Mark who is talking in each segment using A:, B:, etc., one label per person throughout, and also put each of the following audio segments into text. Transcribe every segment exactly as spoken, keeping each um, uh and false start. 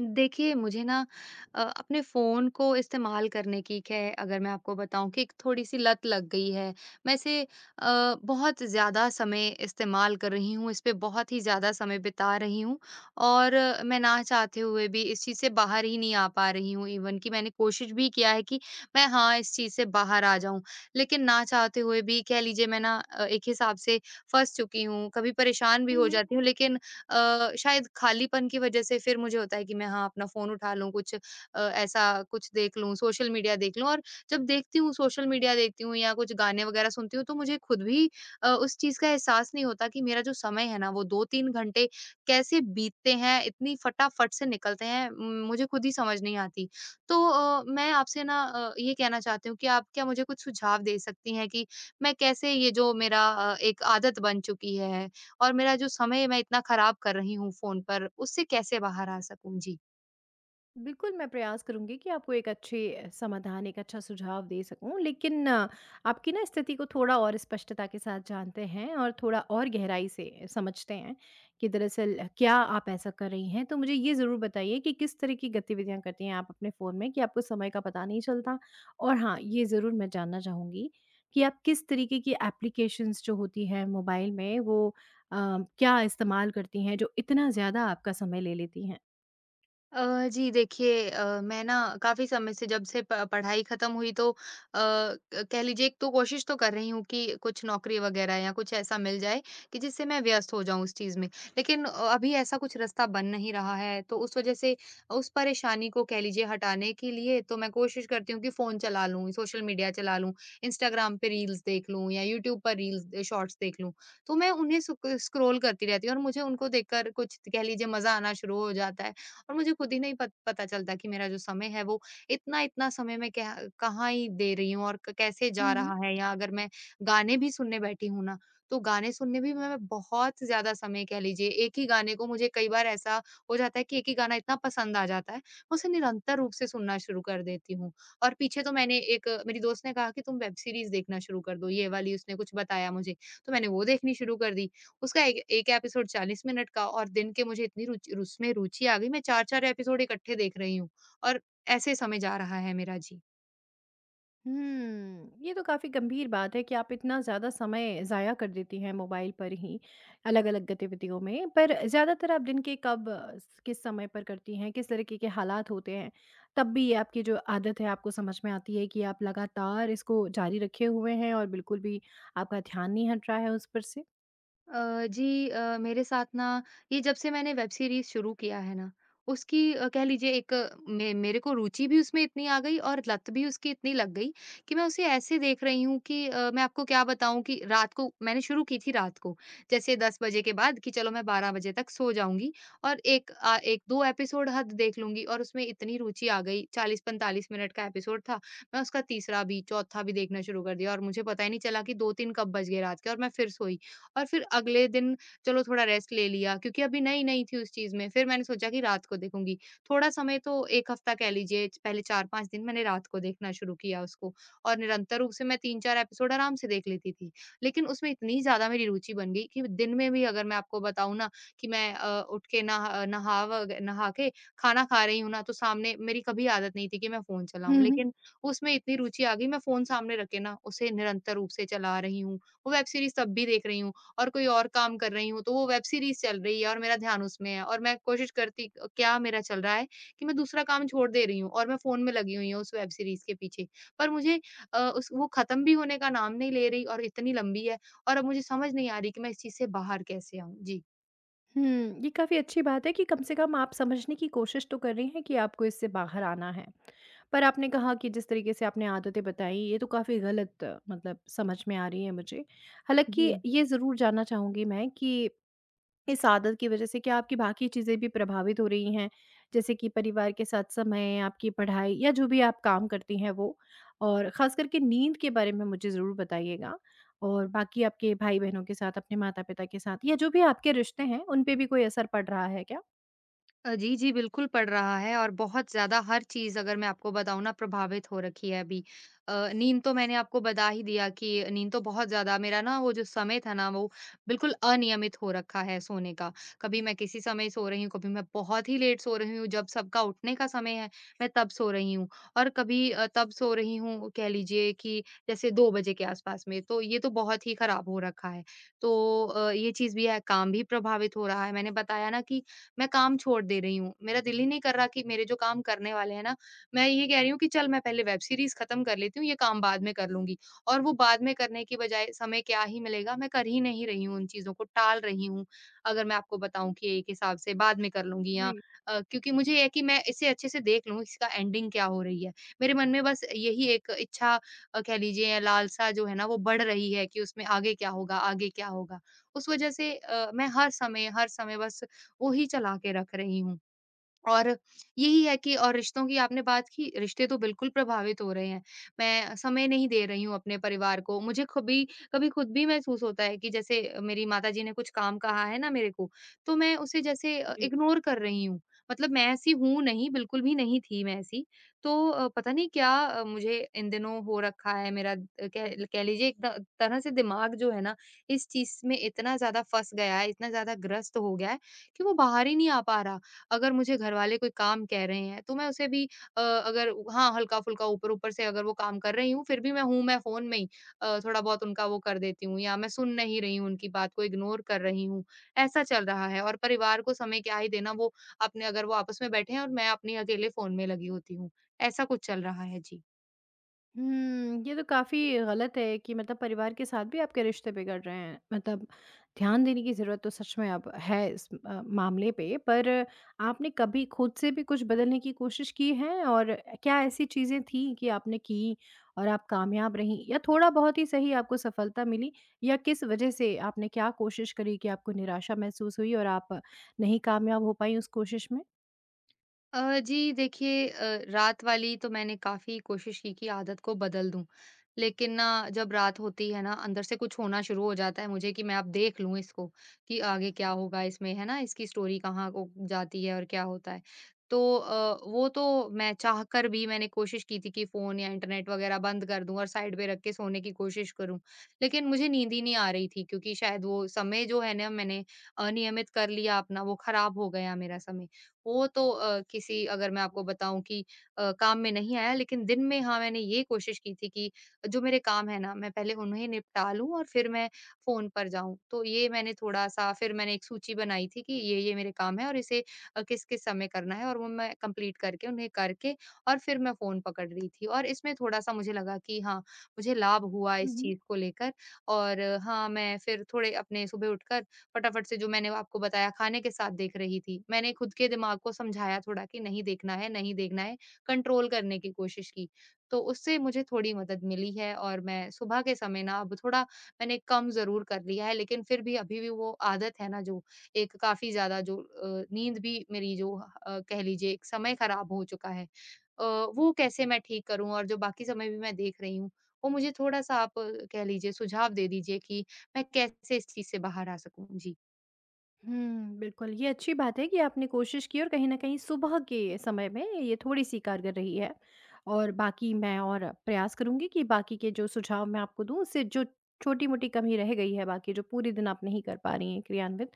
A: देखिए, मुझे ना अ, अपने फ़ोन को इस्तेमाल करने की, ख़ैर अगर मैं आपको बताऊँ, कि एक थोड़ी-सी लत लग गई है। मैं इसे अ, बहुत ज़्यादा समय इस्तेमाल कर रही हूँ, इस पे बहुत ही ज़्यादा समय बिता रही हूँ। और अ, मैं ना चाहते हुए भी इस चीज़ से बाहर ही नहीं आ पा रही हूँ। इवन कि मैंने कोशिश भी किया है कि मैं, हाँ, इस चीज़ से बाहर आ जाऊँ, लेकिन ना चाहते हुए भी कह लीजिए मैं ना अ, एक हिसाब से फँस चुकी हूँ। कभी परेशान भी
B: हुँ,
A: हो
B: हुँ।
A: जाती हूँ, लेकिन अ, शायद खालीपन की वजह से फिर मुझे होता है कि मैं, हाँ, अपना फ़ोन उठा लूँ, कुछ अ, ऐसा कुछ देख लूँ, सोशल मीडिया देख लूँ। और जब देखती हूँ, सोशल मीडिया देखती हूँ या कुछ गाने वगैरह सुनती हूँ, तो मुझे खुद भी अ, उस चीज़ का एहसास नहीं होता कि मेरा जो समय है ना, वो दो तीन घंटे कैसे बीतते हैं, इतनी फटाफट से निकलते हैं, म, मुझे खुद ही समझ नहीं आती। तो अ, मैं आपसे ना अ, ये कहना चाहती हूँ कि आप क्या मुझे कुछ सुझाव दे सकती हैं, कि मैं कैसे ये जो मेरा अ, एक आदत बन चुकी है, और मेरा जो समय मैं इतना खराब कर रही हूँ फ़ोन पर, उससे कैसे बाहर आ सकूँ? जी।
B: बिल्कुल, मैं प्रयास करूँगी कि आपको एक अच्छे समाधान, एक अच्छा सुझाव दे सकूँ। लेकिन अ, आपकी ना स्थिति को थोड़ा और स्पष्टता के साथ जानते हैं और थोड़ा और गहराई से समझते हैं कि दरअसल क्या आप ऐसा कर रही हैं। तो मुझे ये ज़रूर बताइए कि किस तरह की गतिविधियाँ करती हैं आप अपने फ़ोन में कि आपको समय का पता नहीं चलता? और हाँ, ये ज़रूर मैं जानना चाहूँगी कि आप किस तरीके की एप्लीकेशंस जो होती हैं मोबाइल में वो अ, क्या इस्तेमाल करती हैं जो इतना ज़्यादा आपका समय ले लेती
A: अ, जी देखिए, अ, मैं ना काफ़ी समय से, जब से प पढ़ाई ख़त्म हुई, तो अ, क- कह लीजिए, एक तो कोशिश तो कर रही हूँ कि कुछ नौकरी वग़ैरह या कुछ ऐसा मिल जाए, कि जिससे मैं व्यस्त हो जाऊँ उस चीज़ में। लेकिन अ, अभी ऐसा कुछ रास्ता बन नहीं रहा है, तो उस वज़ह से उस परेशानी को कह लीजिए हटाने के लिए, तो मैं कोशिश करती हूँ कि फ़ोन चला लूँ, सोशल मीडिया चला लूँ, इंस्टाग्राम पे रील्स देख लूँ, या यूट्यूब पर रील्स शॉर्ट्स देख लूँ। तो मैं उन्हें सुक स्क्रॉल करती रहती हूँ, और मुझे उनको देखकर कुछ कह लीजिए मज़ा आना शुरू हो जाता है। और मुझे खुद ही नहीं पत, पता चलता कि मेरा जो समय है, वो इतना इतना समय मैं क्या कहाँ ही दे रही हूँ, और क- कैसे जा रहा
B: हैं?
A: है। या अगर मैं गाने भी सुनने बैठी हूँ ना, तो गाने सुनने भी मैं बहुत ज्यादा समय कह लीजिए, एक ही गाने को मुझे कई बार ऐसा हो जाता है, कि एक ही गाना इतना पसंद आ जाता है, मैं उसे निरंतर रूप से सुनना शुरू कर देती हूँ। और पीछे तो मैंने, एक मेरी दोस्त ने कहा कि तुम वेब सीरीज देखना शुरू कर दो, ये वाली, उसने कुछ बताया मुझे, तो मैंने वो देखनी शुरू कर दी। उसका एक एक एपिसोड चालीस मिनट का, और दिन के मुझे इतनी रुचि, उसमें रुचि आ गई, मैं चार चार एपिसोड इकट्ठे देख रही हूँ, और ऐसे समय जा रहा है मेरा। जी।
B: हम्म, ये तो काफ़ी गंभीर बात है कि आप इतना ज़्यादा समय ज़ाया कर देती हैं मोबाइल पर ही अलग-अलग गतिविधियों में। पर ज़्यादातर आप दिन के कब अ, स किस समय पर करती हैं? किस तरीके के हालात होते हैं? तब भी ये आपकी जो आदत है आपको समझ में आती है कि आप लगातार इसको जारी रखे हुए हैं और बिल्कुल भी आपका ध्यान नहीं हट रहा है उस पर
A: अ, जी, अ, मेरे साथ ना ये, जब से मैंने वेब सीरीज़ शुरू किया है ना, उसकी अ, कह लीजिए, एक अ, मे मेरे को रुचि भी उसमें इतनी आ गई, और लत भी उसकी इतनी लग गई, कि मैं उसे ऐसे देख रही हूँ कि अ, मैं आपको क्या बताऊँ, कि रात को मैंने शुरू की थी रात को, जैसे दस बजे के बाद, कि चलो मैं बारह बजे तक सो जाऊँगी, और एक अ, एक दो एपिसोड हद देख लूँगी। और उसमें इतनी रुचि आ गई, चालीस पैंतालीस मिनट का एपिसोड था, मैं उसका तीसरा भी, चौथा भी देखना शुरू कर दिया, और मुझे पता ही नहीं चला कि दो तीन कब बज गए रात के, और मैं फिर सोई। और फिर अगले दिन चलो थोड़ा रेस्ट ले लिया, क्योंकि अभी नई-नई थी उस चीज़ में। फिर मैंने सोचा कि रात को देखूँगी। थोड़ा समय तो, एक हफ्ता कह लीजिए, पहले चार पाँच दिन मैंने रात को देखना शुरू किया उसको, और निरंतर रूप से मैं तीन चार एपिसोड आराम से देख लेती थी। लेकिन उसमें इतनी ज़्यादा मेरी रुचि बन गई, कि दिन में भी, अगर मैं आपको बताऊँ ना, कि मैं अ, उठ के नहा नहा व नहा के खाना खा रही हूँ ना, तो सामने मेरी कभी आदत नहीं थी कि मैं फ़ोन चलाऊँ।
B: से?
A: लेकिन उसमें इतनी रुचि आ गई, मैं फ़ोन सामने रख के ना उसे निरंतर रूप से चला रही हूँ। वो वेब सीरीज़ तब भी देख रही हूँ। और कोई और काम कर रही हूँ, तो वो वेब सीरीज़ चल रही है, और मेरा ध्यान उसमें है, और मैं कोशिश करती अ, क्या मेरा चल रहा है, कि मैं दूसरा काम छोड़ दे रही हूँ, और मैं फ़ोन में लगी हुई हूँ उस वेब सीरीज़ के पीछे। पर मुझे अ, उस वो ख़त्म भी होने का नाम नहीं ले रही, और इतनी लंबी है, और अब मुझे समझ नहीं आ रही कि मैं इस चीज़ से बाहर कैसे आऊँ? जी।
B: हुँ, ये काफ़ी अच्छी बात है कि कम से कम आप समझने की कोशिश तो कर रही हैं कि आपको इससे बाहर आना है। पर आपने कहा कि जिस तरीके से आपने आदतें बताई, ये तो काफ़ी गलत मतलब समझ में आ रही है मुझे। हालाँकि ये ज़रूर जानना चाहूँगी मैं कि इस आदत की वजह से क्या आपकी बाकी चीज़ें भी प्रभावित हो रही हैं? जैसे कि परिवार के साथ समय, आपकी पढ़ाई या जो भी आप काम करती हैं, वो? और ख़ास करके नींद के बारे में मुझे ज़रूर बताइएगा। और बाकी आपके भाई-बहनों के साथ, अपने माता-पिता के साथ, या जो भी आपके रिश्ते हैं, उन पे भी कोई असर पड़ रहा है क्या?
A: अ, जी, जी, बिल्कुल पड़ रहा है, और बहुत ज़्यादा, हर चीज़ अगर मैं आपको बताऊँ ना, प्रभावित हो रखी है अभी। अ, नींद तो मैंने आपको बता ही दिया, कि नींद तो बहुत ज़्यादा, मेरा ना वो जो समय था ना, वो बिल्कुल अनियमित हो रखा है सोने का। कभी मैं किसी समय सो रही हूँ, कभी मैं बहुत ही लेट सो रही हूँ, जब सबका उठने का समय है, मैं तब सो रही हूँ। और कभी अ, तब सो रही हूँ कह लीजिए कि, जैसे दो बजे के आस-पास में, तो ये तो बहुत ही खराब हो रखा है। तो अ, ये चीज़ भी है, काम भी प्रभावित हो रहा है। मैंने बताया ना, कि मैं काम छोड़ दे रही हूँ। मेरा दिल ही नहीं कर रहा, कि मेरे जो काम करने वाले हैं ना, मैं ये कह रही हूँ कि चल मैं पहले वेब सीरीज़ ख़त्म कर लेती हूँ, ये काम बाद में कर लूँगी। और वो बाद में करने की बजाय समय क्या ही मिलेगा, मैं कर ही नहीं रही हूँ उन चीज़ों को, टाल रही हूँ। अगर मैं आपको बताऊँ, कि एक हिसाब से बाद में कर लूँगी, या
B: जी,
A: अ, क्योंकि मुझे ये है कि मैं इसे अच्छे से देख लूँ, इसका एंडिंग क्या हो रही है। मेरे मन में बस यही एक इच्छा अ, कह लीजिए या लालसा जो है ना, वो बढ़ रही है, कि उसमें आगे क्या होगा, आगे क्या होगा? उस वज़ह से अ, मैं हर समय हर समय बस वो ही चला के रख रही हूँ। और यही है कि, और रिश्तों की आपने बात की, रिश्ते तो बिल्कुल प्रभावित हो रहे हैं। मैं समय नहीं दे रही हूँ अपने परिवार को। मुझे कभी कभी खुद भी महसूस होता है, कि जैसे मेरी माताजी ने कुछ काम कहा है ना मेरे को, तो मैं उसे जैसे अ,
B: जी।
A: इग्नोर कर रही हूँ। मतलब मैं ऐसी हूँ नहीं, बिल्कुल भी नहीं थी मैं ऐसी। तो अ, पता नहीं क्या, अ, मुझे इन दिनों हो रखा है मेरा, अ, कह कह लीजिए, एक त तरह से दिमाग जो है ना, इस चीज़ में इतना ज़्यादा फँस गया है, इतना ज़्यादा ग्रस्त हो गया है, कि वो बाहर ही नहीं आ पा रहा। अगर मुझे घरवाले कोई काम कह रहे हैं, तो मैं उसे भी अ, अगर हाँ, हल्का-फुल्का ऊपर-ऊपर से अगर वो काम कर रही हूँ, फिर भी मैं हूँ मैं फ़ोन में ही अ, थोड़ा बहुत उनका वो कर देती हूँ, या मैं सुन नहीं रही हूँ, उनकी बात को इग्नोर कर रही हूँ, ऐसा चल रहा है। और परिवार को समय क्या ही देना, वो अपने अगर वो आपस में बैठे हैं, और मैं अपने अकेले फ़ोन में लगी होती हूँ, ऐसा कुछ चल रहा है। जी।
B: हुँ, ये तो काफ़ी गलत है कि मतलब परिवार के साथ भी आपके रिश्ते बिगड़ रहे हैं। मतलब ध्यान देने की ज़रूरत तो सच में अब है इस अ, मामले पे, पर आपने कभी खुद से भी कुछ बदलने की कोशिश की है? और क्या ऐसी चीज़ें थीं कि आपने की और आप कामयाब रहीं, या थोड़ा बहुत ही सही आपको सफलता मिली, या किस वजह से आपने क्या कोशिश करी कि आपको निराशा महसूस हुई और आप नहीं कामयाब हो पाईं उस कोशिश
A: अ, जी देखिए, अ, रात वाली तो मैंने काफ़ी कोशिश की कि आदत को बदल दूँ। लेकिन ना, जब रात होती है ना, अंदर से कुछ होना शुरू हो जाता है मुझे कि मैं अब देख लूँ इसको, कि आगे क्या होगा इसमें, है ना? इसकी स्टोरी कहाँ को जाती है, और क्या होता है। तो अ, वो तो मैं चाहकर भी, मैंने कोशिश की थी कि फ़ोन या इंटरनेट वग़ैरह बंद कर दूँ, और साइड पे रख के सोने की कोशिश करूँ। लेकिन मुझे नींद ही नहीं आ रही थी, क्योंकि शायद वो समय जो है ना, मैंने अनियमित कर लिया अपना, वो ख़राब हो गया मेरा समय। वो तो अ, किसी अगर मैं आपको बताऊँ कि अ, काम में नहीं आया। लेकिन दिन में, हाँ, मैंने ये कोशिश की थी कि जो मेरे काम है ना, मैं पहले उन्हें निपटा लूँ, और फिर मैं फ़ोन पर जाऊँ। तो ये मैंने थोड़ा-सा, फिर मैंने एक सूची बनाई थी, कि ये-ये मेरे काम है और इसे अ, किस-किस समय करना है, और वो मैं कंप्लीट करके, उन्हें करके, और फिर मैं फ़ोन पकड़ रही थी। और इसमें थोड़ा-सा मुझे लगा कि हाँ, मुझे लाभ हुआ इस
B: में?
A: चीज़ को लेकर। और अ, हाँ, मैं फिर थोड़े अपने सुबह उठकर फटाफट से, जो मैंने आपको बताया, खाने के साथ देख रही थी। मैंने खुद के दिमाग को समझाया थोड़ा कि नहीं देखना है, नहीं देखना है, कंट्रोल करने की कोशिश की। तो उससे मुझे थोड़ी मदद मिली है, और मैं सुबह के समय ना अब थोड़ा, मैंने कम ज़रूर कर लिया है, लेकिन फिर भी अभी भी वो आदत है ना, जो एक काफ़ी ज़्यादा, जो अ, नींद भी मेरी जो अ, कह लीजिए, एक समय ख़राब हो चुका है। अ, वो कैसे मैं ठीक करूँ, और जो बाकी समय भी मैं देख रही हूँ, वो मुझे थोड़ा-सा आप अ, कह लीजिए सुझाव दे दीजिए कि मैं कैसे इस चीज़ से बाहर आ सकूँ? जी।
B: हुँ, बिल्कुल। ये अच्छी बात है कि आपने कोशिश की और कहीं न कहीं सुबह के समय में ये थोड़ी-सी कारगर रही है। और बाकी मैं और प्रयास करूँगी कि बाकी के जो सुझाव मैं आपको दूँ, उससे जो छोटी-मोटी कमी रह गई है, बाकी जो पूरे दिन आप नहीं कर पा रही हैं क्रियान्वित,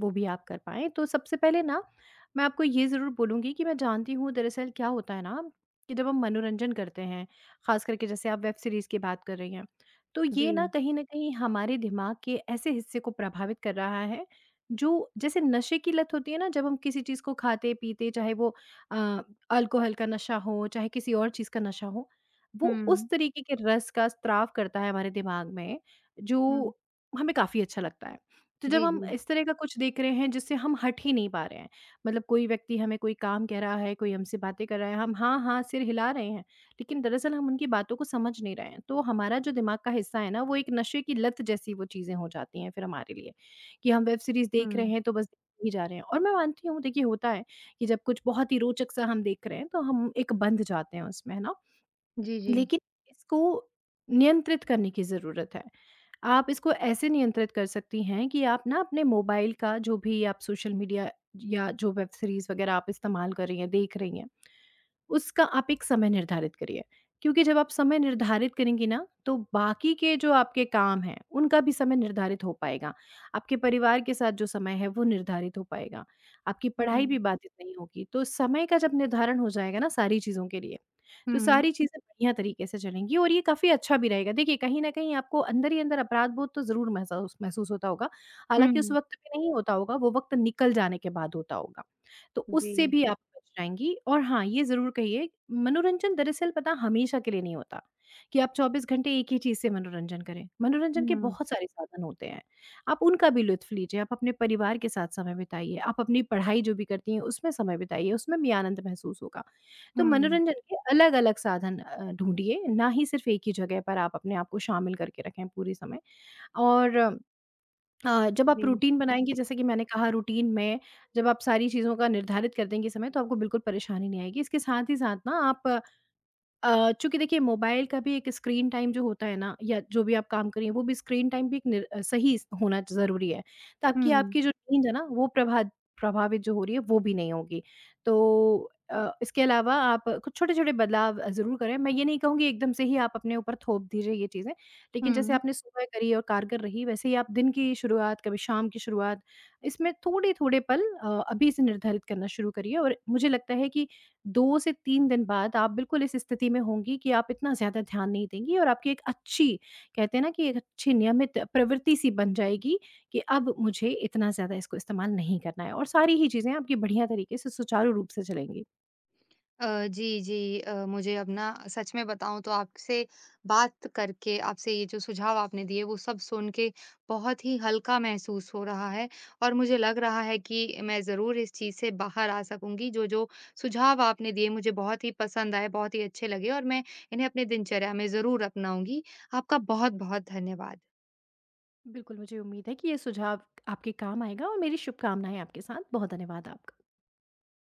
B: वो भी आप कर पाएँ। तो सबसे पहले ना मैं आपको ये ज़रूर बोलूँगी कि मैं जानती हूँ दरअसल क्या होता है ना, कि जब हम मनोरंजन करते हैं, ख़ास करके जैसे आप वेब सीरीज़ की बात कर रही हैं, तो
A: जी।
B: ये ना कहीं न कहीं हमारे दिमाग के ऐसे हिस्से को प्रभावित कर रहा है, जो जैसे नशे की लत होती है ना, जब हम किसी चीज़ को खाते-पीते, चाहे वो अ, अल्कोहल का नशा हो, चाहे किसी और चीज़ का नशा हो, वो
A: हुँ,
B: उस तरीके के रस का स्राव करता है हमारे दिमाग में, जो
A: हुँ।
B: हमें काफ़ी अच्छा लगता है। तो जब
A: जी,
B: हम
A: जी।
B: इस तरह का कुछ देख रहे हैं जिससे हम हट ही नहीं पा रहे हैं, मतलब कोई व्यक्ति हमें कोई काम कह रहा है, कोई हमसे बातें कर रहा है, हम हाँ, हाँ सिर हिला रहे हैं, लेकिन दरअसल हम उनकी बातों को समझ नहीं रहे हैं। तो हमारा जो दिमाग का हिस्सा है ना, वो एक नशे की लत जैसी वो चीज़ें हो जाती हैं फिर हमारे लिए। कि हम वेब सीरीज़ देख रहे
A: हुँ।
B: हैं तो बस देखते ही जा रहे हैं, और मैं मानती हूँ, देखिए, होता है कि जब कुछ बहुत ही रोचक सा हम देख रहे हैं, तो हम एक बंध जाते हैं उसमें, है ना?
A: जी, जी।
B: लेकिन इसको नियंत्रित करने की ज़रूरत है। आप इसको ऐसे नियंत्रित कर सकती हैं कि आप ना अपने मोबाइल का जो भी आप सोशल मीडिया या जो वेब सीरीज़ वग़ैरह आप इस्तेमाल कर रही हैं, देख रही हैं, उसका आप एक समय निर्धारित करिए। क्योंकि जब आप समय निर्धारित करेंगी ना, तो बाकी के जो आपके काम हैं, उनका भी समय निर्धारित हो पाएगा। आपके परिवार के साथ जो समय है, वो निर्धारित हो पाएगा। आपकी पढ़ाई
A: हुँ,
B: भी बाधित नहीं होगी। तो समय का जब निर्धारण हो जाएगा ना सारी चीज़ों के लिए, तो
A: हुँ,
B: सारी चीज़ें बढ़िया तरीके से चलेंगी और ये काफ़ी अच्छा भी रहेगा। देखिए, कहीं न कहीं आपको अंदर ही अंदर अपराध-बोध तो ज़रूर महसूस महसूस होता होगा। हालाँकि उस
A: हुँ।
B: वक़्त पे नहीं होता होगा, वो वक़्त निकल जाने के बाद होता होगा। तो
A: जी।
B: उससे भी आप बच जाएँगी, और हाँ, ये ज़रूर कहिए मनोरंजन दरअसल पता हमेशा के लिए नहीं होता, कि आप चौबीस घंटे एक ही चीज़ से मनोरंजन करें। मनोरंजन के
A: हुँ,
B: बहुत सारे साधन होते हैं, आप उनका भी लुत्फ़ लीजिए, आप अपने परिवार के साथ समय बिताइए, आप अपनी पढ़ाई जो भी करती हैं उसमें समय बिताइए, उसमें भी आनंद महसूस होगा। तो
A: हुँ।
B: मनोरंजन के अलग-अलग साधन अ, ढूँढिए, ना ही सिर्फ़ एक ही जगह पर आप अपने आप को शामिल करके रखें पूरे समय। और अ, जब आप
A: जी।
B: रूटीन बनाएँगी, जैसे कि मैंने कहा रूटीन में जब आप सारी चीज़ों का निर्धारित कर देंगी समय, तो आपको बिल्कुल परेशानी नहीं आएगी। इसके साथ ही साथ ना आप अ, चूँकि देखिए, मोबाइल का भी एक स्क्रीन टाइम जो होता है ना, या जो भी आप काम कर रही हैं, वो भी स्क्रीन टाइम भी एक निर अ, सही स होना ज़रूरी है, ताकि
A: हुँ,
B: आपकी जो नींद है ना, वो प्रभा प्रभावित जो हो रही है वो भी नहीं होगी। तो अ, इसके अलावा आप कुछ छोटे-छोटे बदलाव अ, ज़रूर करें। मैं ये नहीं कहूँगी एकदम से ही आप अपने ऊपर थोप दीजिए ये चीज़ें, लेकिन जैसे
A: हुँ।
B: आपने सुबह करी और कारगर रही, वैसे ही आप दिन की शुरुआत, कभी शाम की शुरुआत, इसमें थोड़े-थोड़े पल अ, अभी से निर्धारित करना शुरू करिए, और मुझे लगता है कि दो से तीन दिन बाद आप बिल्कुल इस स्थिति में होंगी कि आप इतना ज़्यादा ध्यान नहीं देंगी, और आपकी एक अच्छी, कहते हैं ना कि एक अच्छी नियमित प्रवृत्ति सी बन जाएगी, कि अब मुझे इतना ज़्यादा इसको इस्तेमाल नहीं करना है, और सारी ही चीज़ें आपकी बढ़िया तरीके से सुचारू रूप से चलेंगी।
A: अ, जी, जी। अ, मुझे अब ना, सच में बताऊँ तो, आपसे बात करके, आपसे ये जो सुझाव आपने दिए वो सब सुन के, बहुत ही हल्का महसूस हो रहा है, और मुझे लग रहा है कि मैं ज़रूर इस चीज़ से बाहर आ सकूँगी। जो-जो सुझाव आपने दिए, मुझे बहुत ही पसंद आए, बहुत ही अच्छे लगे, और मैं इन्हें अपनी दिनचर्या में ज़रूर अपनाऊँगी। आपका बहुत-बहुत धन्यवाद।
B: बिल्कुल, मुझे उम्मीद है कि ये सुझाव आपके काम आएगा, और मेरी शुभकामनाएँ आपके साथ। बहुत धन्यवाद आपका।